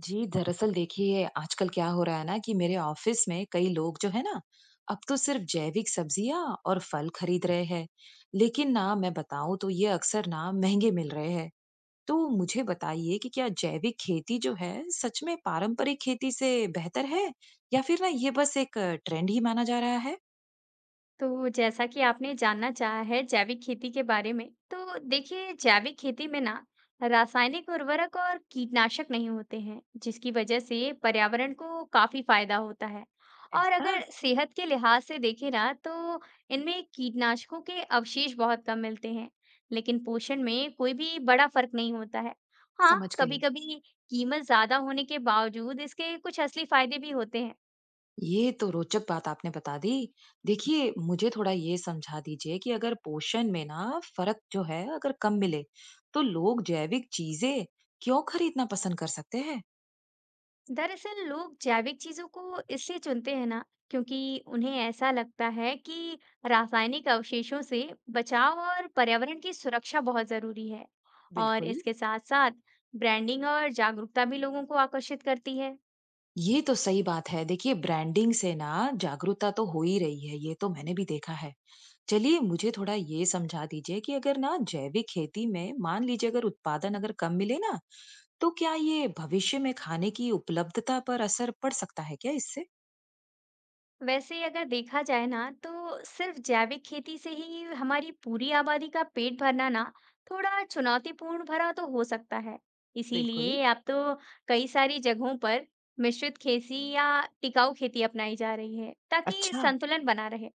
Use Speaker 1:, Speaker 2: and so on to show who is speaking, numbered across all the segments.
Speaker 1: जी, दरअसल देखिए आजकल क्या हो रहा है ना कि मेरे ऑफिस में कई लोग जो है ना अब तो सिर्फ जैविक सब्जियां और फल खरीद रहे हैं। लेकिन ना मैं बताऊं तो ये अक्सर ना महंगे मिल रहे हैं। तो मुझे बताइए कि क्या जैविक खेती जो है सच में पारंपरिक खेती से बेहतर है, या फिर ना ये बस एक ट्रेंड ही माना जा रहा है?
Speaker 2: तो जैसा कि आपने जानना चाहा है जैविक खेती के बारे में, तो देखिए जैविक खेती में ना रासायनिक उर्वरक और कीटनाशक नहीं होते हैं, जिसकी वजह से पर्यावरण को काफी फायदा होता है। और
Speaker 1: ऐसा।
Speaker 2: अगर सेहत के लिहाज से देखें ना, तो इनमें कीटनाशकों के अवशेष बहुत कम मिलते हैं, लेकिन पोषण में कोई भी बड़ा फर्क नहीं होता है। हाँ,
Speaker 1: समझ गई।
Speaker 2: कभी-कभी कीमत ज्यादा होने के बावजूद इसके कुछ असली फायदे भी होते हैं।
Speaker 1: ये तो रोचक बात आपने बता दी। देखिए, मुझे थोड़ा ये समझा दीजिए कि अगर पोषण में ना फ़र्क जो है अगर कम मिले, तो लोग जैविक चीज़ें क्यों खरीदना पसंद कर सकते हैं?
Speaker 2: दरअसल लोग जैविक चीजों को इसलिए चुनते हैं ना क्योंकि उन्हें ऐसा लगता है कि रासायनिक अवशेषों से बचाव और पर्यावरण की सुरक्षा बहुत जरूरी है। और
Speaker 1: बिल्कुल।
Speaker 2: इसके साथ साथ ब्रांडिंग और जागरूकता भी लोगों को आकर्षित करती है।
Speaker 1: ये तो सही बात है। देखिए, ब्रांडिंग से ना जागरूकता तो हो ही रही है, ये तो मैंने भी देखा है। चलिए, मुझे थोड़ा ये समझा दीजिए कि अगर ना जैविक खेती में मान लीजिए अगर उत्पादन अगर कम मिले ना, तो क्या ये भविष्य में खाने की उपलब्धता पर असर पड़ सकता है क्या इससे?
Speaker 2: वैसे ही अगर देखा जाए ना, तो सिर्फ जैविक खेती से ही हमारी पूरी आबादी का पेट भरना ना थोड़ा चुनौतीपूर्ण भरा तो हो सकता है।
Speaker 1: बिल्कुल।
Speaker 2: इसीलिए अब तो कई सारी जगहों पर मिश्रित खेती या टिकाऊ खेती अपनाई जा रही है ताकि
Speaker 1: अच्छा,
Speaker 2: संतुलन बना रहे।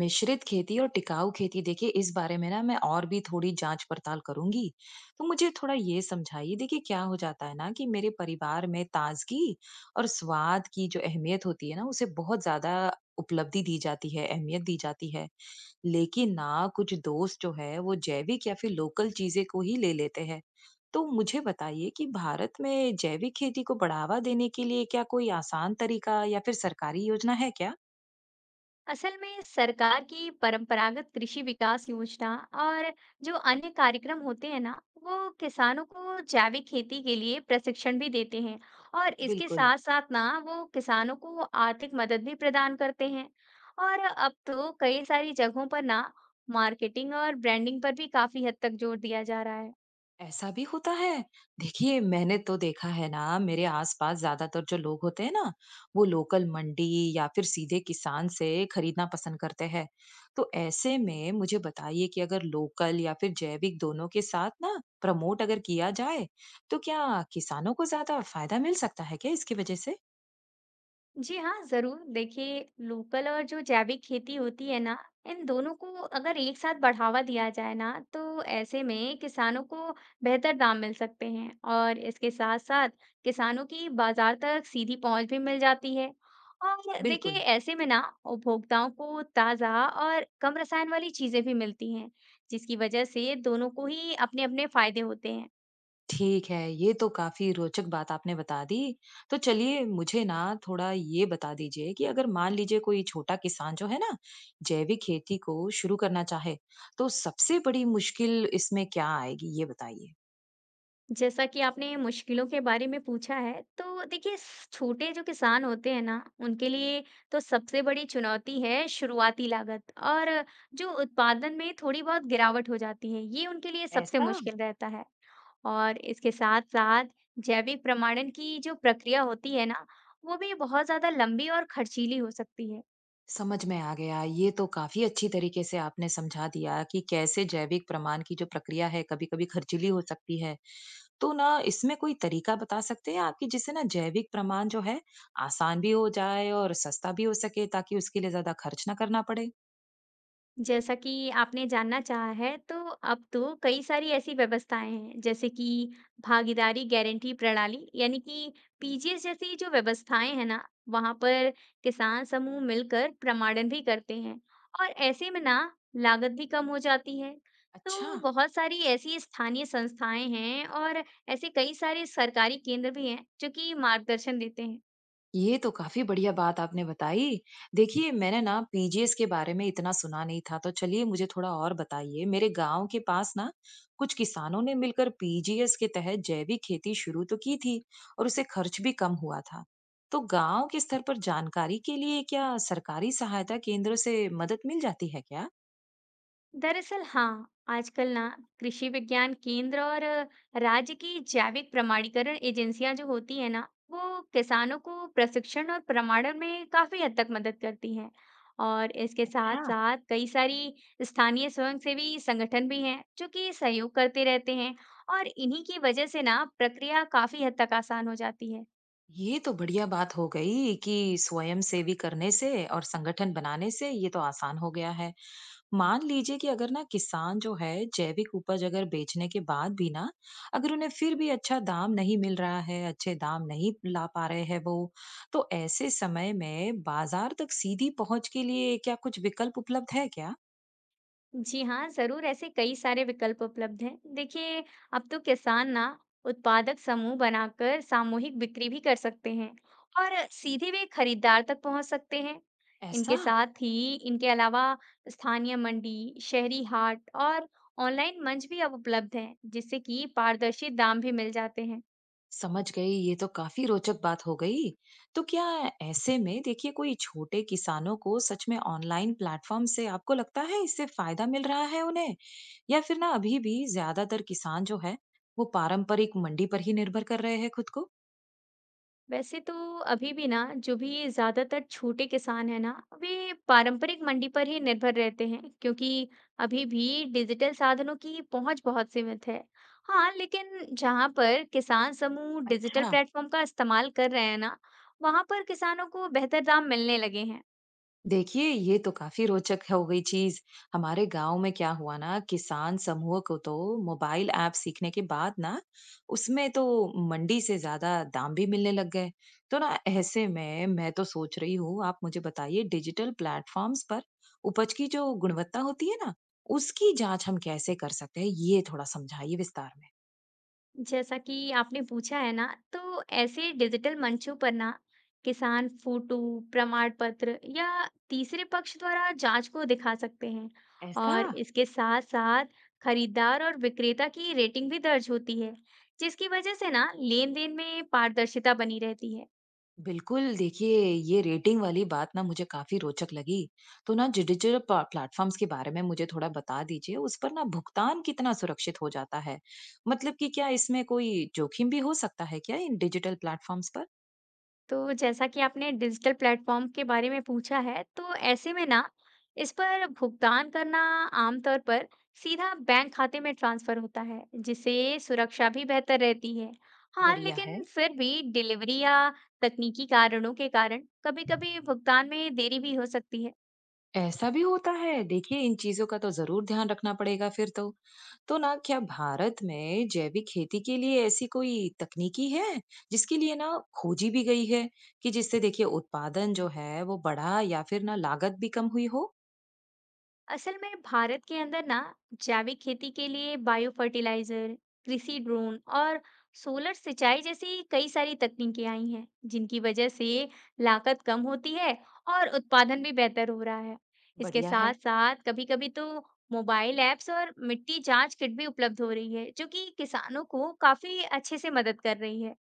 Speaker 1: मिश्रित खेती और टिकाऊ खेती देखिए इस बारे में ना मैं और भी थोड़ी जांच पड़ताल करूंगी। तो मुझे थोड़ा ये समझाइए देखिए क्या हो जाता है ना कि मेरे परिवार में ताजगी और स्वाद की जो अहमियत होती है ना उसे बहुत ज्यादा उपलब्धि दी जाती है, अहमियत दी जाती है। लेकिन ना कुछ दोस्त जो है वो जैविक या फिर लोकल चीजें को ही ले लेते हैं। तो मुझे बताइए कि भारत में जैविक खेती को बढ़ावा देने के लिए क्या कोई आसान तरीका या फिर सरकारी योजना है क्या?
Speaker 2: असल में सरकार की परंपरागत कृषि विकास योजना और जो अन्य कार्यक्रम होते हैं ना, वो किसानों को जैविक खेती के लिए प्रशिक्षण भी देते हैं और इसके
Speaker 1: बिल्कुल।
Speaker 2: साथ साथ ना वो किसानों को आर्थिक मदद भी प्रदान करते हैं। और अब तो कई सारी जगहों पर ना मार्केटिंग और ब्रांडिंग पर भी काफी हद तक जोर दिया जा रहा है।
Speaker 1: ऐसा भी होता है? देखिए, मैंने तो देखा है ना, मेरे आसपास ज़्यादातर जो लोग होते हैं ना, वो लोकल मंडी या फिर सीधे किसान से खरीदना पसंद करते हैं। तो ऐसे में मुझे बताइए कि अगर लोकल या फिर जैविक दोनों के साथ ना प्रमोट अगर किया जाए, तो क्या किसानों को ज़्यादा फायदा मिल सकता है क्या इसकी वजह से?
Speaker 2: जी हाँ, ज़रूर। देखिए, लोकल और जो जैविक खेती होती है ना, इन दोनों को अगर एक साथ बढ़ावा दिया जाए ना, तो ऐसे में किसानों को बेहतर दाम मिल सकते हैं और इसके साथ-साथ किसानों की बाज़ार तक सीधी पहुँच भी मिल जाती है। और देखिए,
Speaker 1: बिल्कुल।
Speaker 2: ऐसे में ना उपभोक्ताओं को ताज़ा और कम रसायन वाली चीज़ें भी मिलती हैं, जिसकी वजह से दोनों को ही अपने-अपने फ़ायदे होते हैं।
Speaker 1: ठीक है, ये तो काफ़ी रोचक बात आपने बता दी। तो चलिए मुझे ना थोड़ा ये बता दीजिए कि अगर मान लीजिए कोई छोटा किसान जो है ना, जैविक खेती को शुरू करना चाहे, तो सबसे बड़ी मुश्किल इसमें क्या आएगी? ये बताइए।
Speaker 2: जैसा कि आपने मुश्किलों के बारे में पूछा है, तो देखिए छोटे जो किसान होते हैं ना, उनके लिए तो सबसे बड़ी चुनौती है शुरुआती लागत, और जो उत्पादन में थोड़ी बहुत गिरावट हो जाती है, ये उनके लिए सबसे
Speaker 1: ऐसा।
Speaker 2: मुश्किल रहता है। और इसके साथ साथ जैविक प्रमाणन की जो प्रक्रिया होती है ना, वो भी बहुत ज्यादा लंबी और खर्चीली हो सकती है।
Speaker 1: समझ में आ गया। ये तो काफ़ी अच्छी तरीके से आपने समझा दिया कि कैसे जैविक प्रमाण की जो प्रक्रिया है, कभी-कभी खर्चीली हो सकती है। तो ना इसमें कोई तरीका बता सकते हैं आप कि जिससे ना जैविक प्रमाण जो है, आसान भी हो जाए और सस्ता भी हो सके ताकि उसके लिए ज़्यादा खर्च ना करना पड़े?
Speaker 2: जैसा कि आपने जानना चाहा है, तो अब तो कई सारी ऐसी व्यवस्थाएं हैं, जैसे कि भागीदारी गारंटी प्रणाली, यानी कि पीजीएस जैसी जो व्यवस्थाएं हैं ना, वहां पर किसान समूह मिलकर प्रमाणन भी करते हैं और ऐसे में ना लागत भी कम हो जाती है।
Speaker 1: अच्छा।
Speaker 2: तो बहुत सारी ऐसी स्थानीय संस्थाएं हैं और ऐसे कई सारे सरकारी केंद्र भी हैं जो कि मार्गदर्शन देते हैं।
Speaker 1: ये तो काफी बढ़िया बात आपने बताई। देखिए, मैंने ना पीजीएस के बारे में इतना सुना नहीं था, तो चलिए मुझे थोड़ा और बताइए। मेरे गांव के पास ना कुछ किसानों ने मिलकर पीजीएस के तहत जैविक खेती शुरू तो की थी और उसे खर्च भी कम हुआ था। तो गांव के स्तर पर जानकारी के लिए क्या सरकारी सहायता केंद्र से मदद मिल जाती है क्या?
Speaker 2: दरअसल हाँ, आजकल ना कृषि विज्ञान केंद्र और राज्य की जैविक प्रमाणीकरण एजेंसियां जो होती है ना, वो किसानों को प्रशिक्षण और प्रमाणन में काफी हद तक मदद करती हैं। और इसके साथ
Speaker 1: अच्छा।
Speaker 2: साथ कई सारी स्थानीय स्वयंसेवी संगठन भी हैं जो कि सहयोग करते रहते हैं और इन्हीं की वजह से ना प्रक्रिया काफी हद तक आसान हो जाती है।
Speaker 1: ये तो बढ़िया बात हो गई कि स्वयं सेवी करने से और संगठन बनाने से ये तो आसान हो गया है। मान लीजिए कि अगर ना किसान जो है जैविक उपज अगर बेचने के बाद भी ना अगर उन्हें फिर भी अच्छा दाम नहीं मिल रहा है, अच्छे दाम नहीं ला पा रहे हैं वो, तो ऐसे समय में बाजार तक सीधी पहुंच के लिए क्या कुछ विकल्प उपलब्ध है क्या?
Speaker 2: जी हाँ, ज़रूर, ऐसे कई सारे विकल्प उपलब्ध हैं। देखिए, अब तो किसान ना उत्पादक समूह बनाकर सामूहिक बिक्री भी कर सकते हैं और सीधे वे खरीदार तक पहुंच सकते हैं।
Speaker 1: ऐसा।
Speaker 2: इनके साथ ही, इनके अलावा स्थानीय मंडी, शहरी हाट और ऑनलाइन मंच भी अब उपलब्ध हैं, जिससे कि पारदर्शी दाम भी मिल जाते हैं।
Speaker 1: समझ गई। ये तो काफी रोचक बात हो गई। तो क्या ऐसे में देखिए कोई छोटे किसानों को सच में ऑनलाइन प्लेटफॉर्म से आपको लगता है इससे फायदा मिल रहा है उन्हें, या फिर ना अभी भी ज्यादातर किसान जो है वो पारंपरिक मंडी पर ही निर्भर कर रहे हैं खुद को?
Speaker 2: वैसे तो अभी भी ना जो भी ज्यादातर छोटे किसान है ना, वे पारंपरिक मंडी पर ही निर्भर रहते हैं क्योंकि अभी भी डिजिटल साधनों की पहुंच बहुत सीमित है। हाँ, लेकिन जहां पर किसान समूह डिजिटल
Speaker 1: अच्छा।
Speaker 2: प्लेटफॉर्म का इस्तेमाल कर रहे हैं ना, वहां पर किसानों को बेहतर दाम मिलने लगे हैं।
Speaker 1: देखिए ये तो काफी रोचक हो गई चीज। हमारे गांव में क्या हुआ ना किसान समूह को तो मोबाइल ऐप सीखने के बाद ना उसमें तो मंडी से ज्यादा दाम भी मिलने लग गए। तो ना ऐसे में मैं तो सोच रही हूँ, आप मुझे बताइए डिजिटल प्लेटफॉर्म्स पर उपज की जो गुणवत्ता होती है ना उसकी जांच हम कैसे कर सकते हैं, ये थोड़ा समझाइए विस्तार में।
Speaker 2: जैसा कि आपने पूछा है ना, तो ऐसे डिजिटल मंचों पर ना किसान फोटो, प्रमाण पत्र या तीसरे पक्ष द्वारा जांच को दिखा सकते हैं।
Speaker 1: ऐसा।
Speaker 2: और इसके साथ-साथ खरीदार और विक्रेता की रेटिंग भी दर्ज होती है, जिसकी वजह से ना लेन-देन में पारदर्शिता बनी रहती है।
Speaker 1: बिल्कुल, देखिए ये रेटिंग वाली बात ना मुझे काफ़ी रोचक लगी। तो ना डिजिटल प प्लेटफ़ॉर्म्स के बारे में मुझे थोड़ा बता दीजिए, उस पर ना भुगतान कितना सुरक्षित हो जाता है? मतलब कि क्या इसमें कोई जोखिम भी हो सकता है क्या इन डिजिटल प्लेटफ़ॉर्म्स पर?
Speaker 2: तो जैसा कि आपने डिजिटल प्लेटफॉर्म के बारे में पूछा है, तो ऐसे में ना इस पर भुगतान करना आमतौर पर सीधा बैंक खाते में ट्रांसफर होता है, जिससे सुरक्षा भी बेहतर रहती है। हाँ,
Speaker 1: बढ़िया है।
Speaker 2: लेकिन फिर भी डिलीवरी या तकनीकी कारणों के कारण कभी-कभी भुगतान में देरी भी हो सकती है।
Speaker 1: ऐसा भी होता है? देखिए इन चीज़ों का तो ज़रूर ध्यान रखना पड़ेगा फिर तो। तो ना क्या भारत में जैविक खेती के लिए ऐसी कोई तकनीकी है जिसके लिए ना खोजी भी गई है कि जिससे देखिए उत्पादन जो है वो बढ़ा या फिर ना लागत भी कम हुई हो?
Speaker 2: असल में भारत के अंदर ना जैविक खेती के लिए बायो फर्टिलाइजर, कृषि ड्रोन और सोलर सिंचाई जैसी कई सारी तकनीकें आई हैं, जिनकी वजह से लागत कम होती है और उत्पादन भी बेहतर हो रहा है। इसके
Speaker 1: बढ़िया है।
Speaker 2: साथ साथ कभी-कभी तो मोबाइल ऐप्स और मिट्टी जांच किट भी उपलब्ध हो रही है, जो कि किसानों को काफी अच्छे से मदद कर रही है।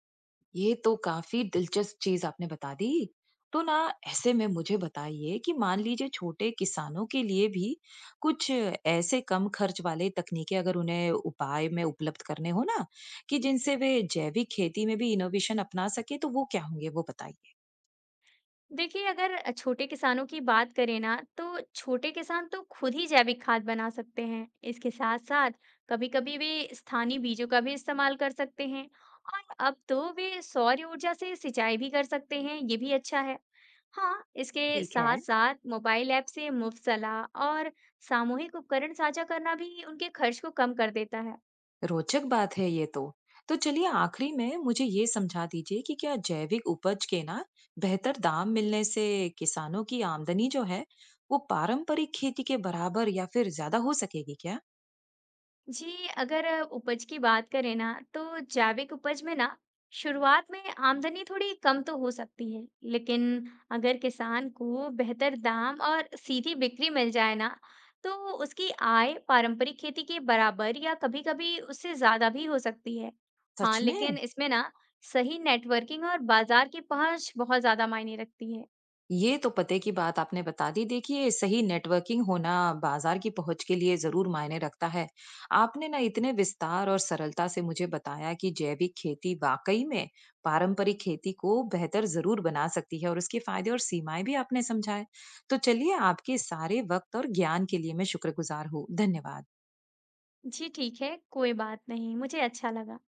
Speaker 1: ये तो काफी दिलचस्प चीज आपने बता दी। तो ना ऐसे में मुझे बताइए कि मान लीजिए छोटे किसानों के लिए भी कुछ ऐसे कम खर्च वाले तकनीकें अगर उन्हें उपाय में उपलब्ध करने हो ना कि जिनसे वे जैविक खेती में भी इनोवेशन अपना सके, तो वो क्या होंगे वो बताइए।
Speaker 2: देखिए, अगर अ, छोटे किसानों की बात करें ना, तो छोटे किसान तो खुद ही जैविक खाद बना सकते हैं। इसके साथ साथ कभी कभी वे स्थानीय बीजों का भी इस्तेमाल कर सकते हैं और अब तो वे सौर ऊर्जा से सिंचाई भी कर सकते हैं, ये भी अच्छा है। हाँ, इसके
Speaker 1: ठीक
Speaker 2: साथ
Speaker 1: है।
Speaker 2: साथ मोबाइल ऐप से मुफ्त सलाह और सामूहिक उपकरण साझा करना भी उनके खर्च को कम कर देता है।
Speaker 1: रोचक बात है ये तो। तो चलिए आखिरी में मुझे ये समझा दीजिए कि क्या जैविक उपज के ना बेहतर दाम मिलने से किसानों की आमदनी जो है वो पारंपरिक खेती के बराबर या फिर ज्यादा हो सकेगी क्या?
Speaker 2: जी, अगर अ, उपज की बात करें ना, तो जैविक उपज में ना शुरुआत में आमदनी थोड़ी कम तो हो सकती है, लेकिन अगर किसान को बेहतर दाम और सीधी बिक्री मिल जाए ना, तो उसकी आय पारंपरिक खेती के बराबर या कभी-कभी उससे ज़्यादा भी हो सकती है। हाँ,
Speaker 1: सच
Speaker 2: लेकिन
Speaker 1: में?
Speaker 2: इसमें ना सही नेटवर्किंग और बाजार की पहुंच बहुत ज़्यादा मायने रखती है।
Speaker 1: ये तो पते की बात आपने बता दी। देखिए, सही नेटवर्किंग होना बाज़ार की पहुँच के लिए ज़रूर मायने रखता है। आपने ना इतने विस्तार और सरलता से मुझे बताया कि जैविक खेती वाक़ई में पारंपरिक खेती को बेहतर ज़रूर बना सकती है और उसके फ़ायदे और सीमाएँ भी आपने समझाए। तो चलिए, आपके सारे वक़्त और ज्ञान के लिए मैं शुक्रगुज़ार हूँ। धन्यवाद।
Speaker 2: जी, ठीक है, कोई बात नहीं, मुझे अच्छा लगा।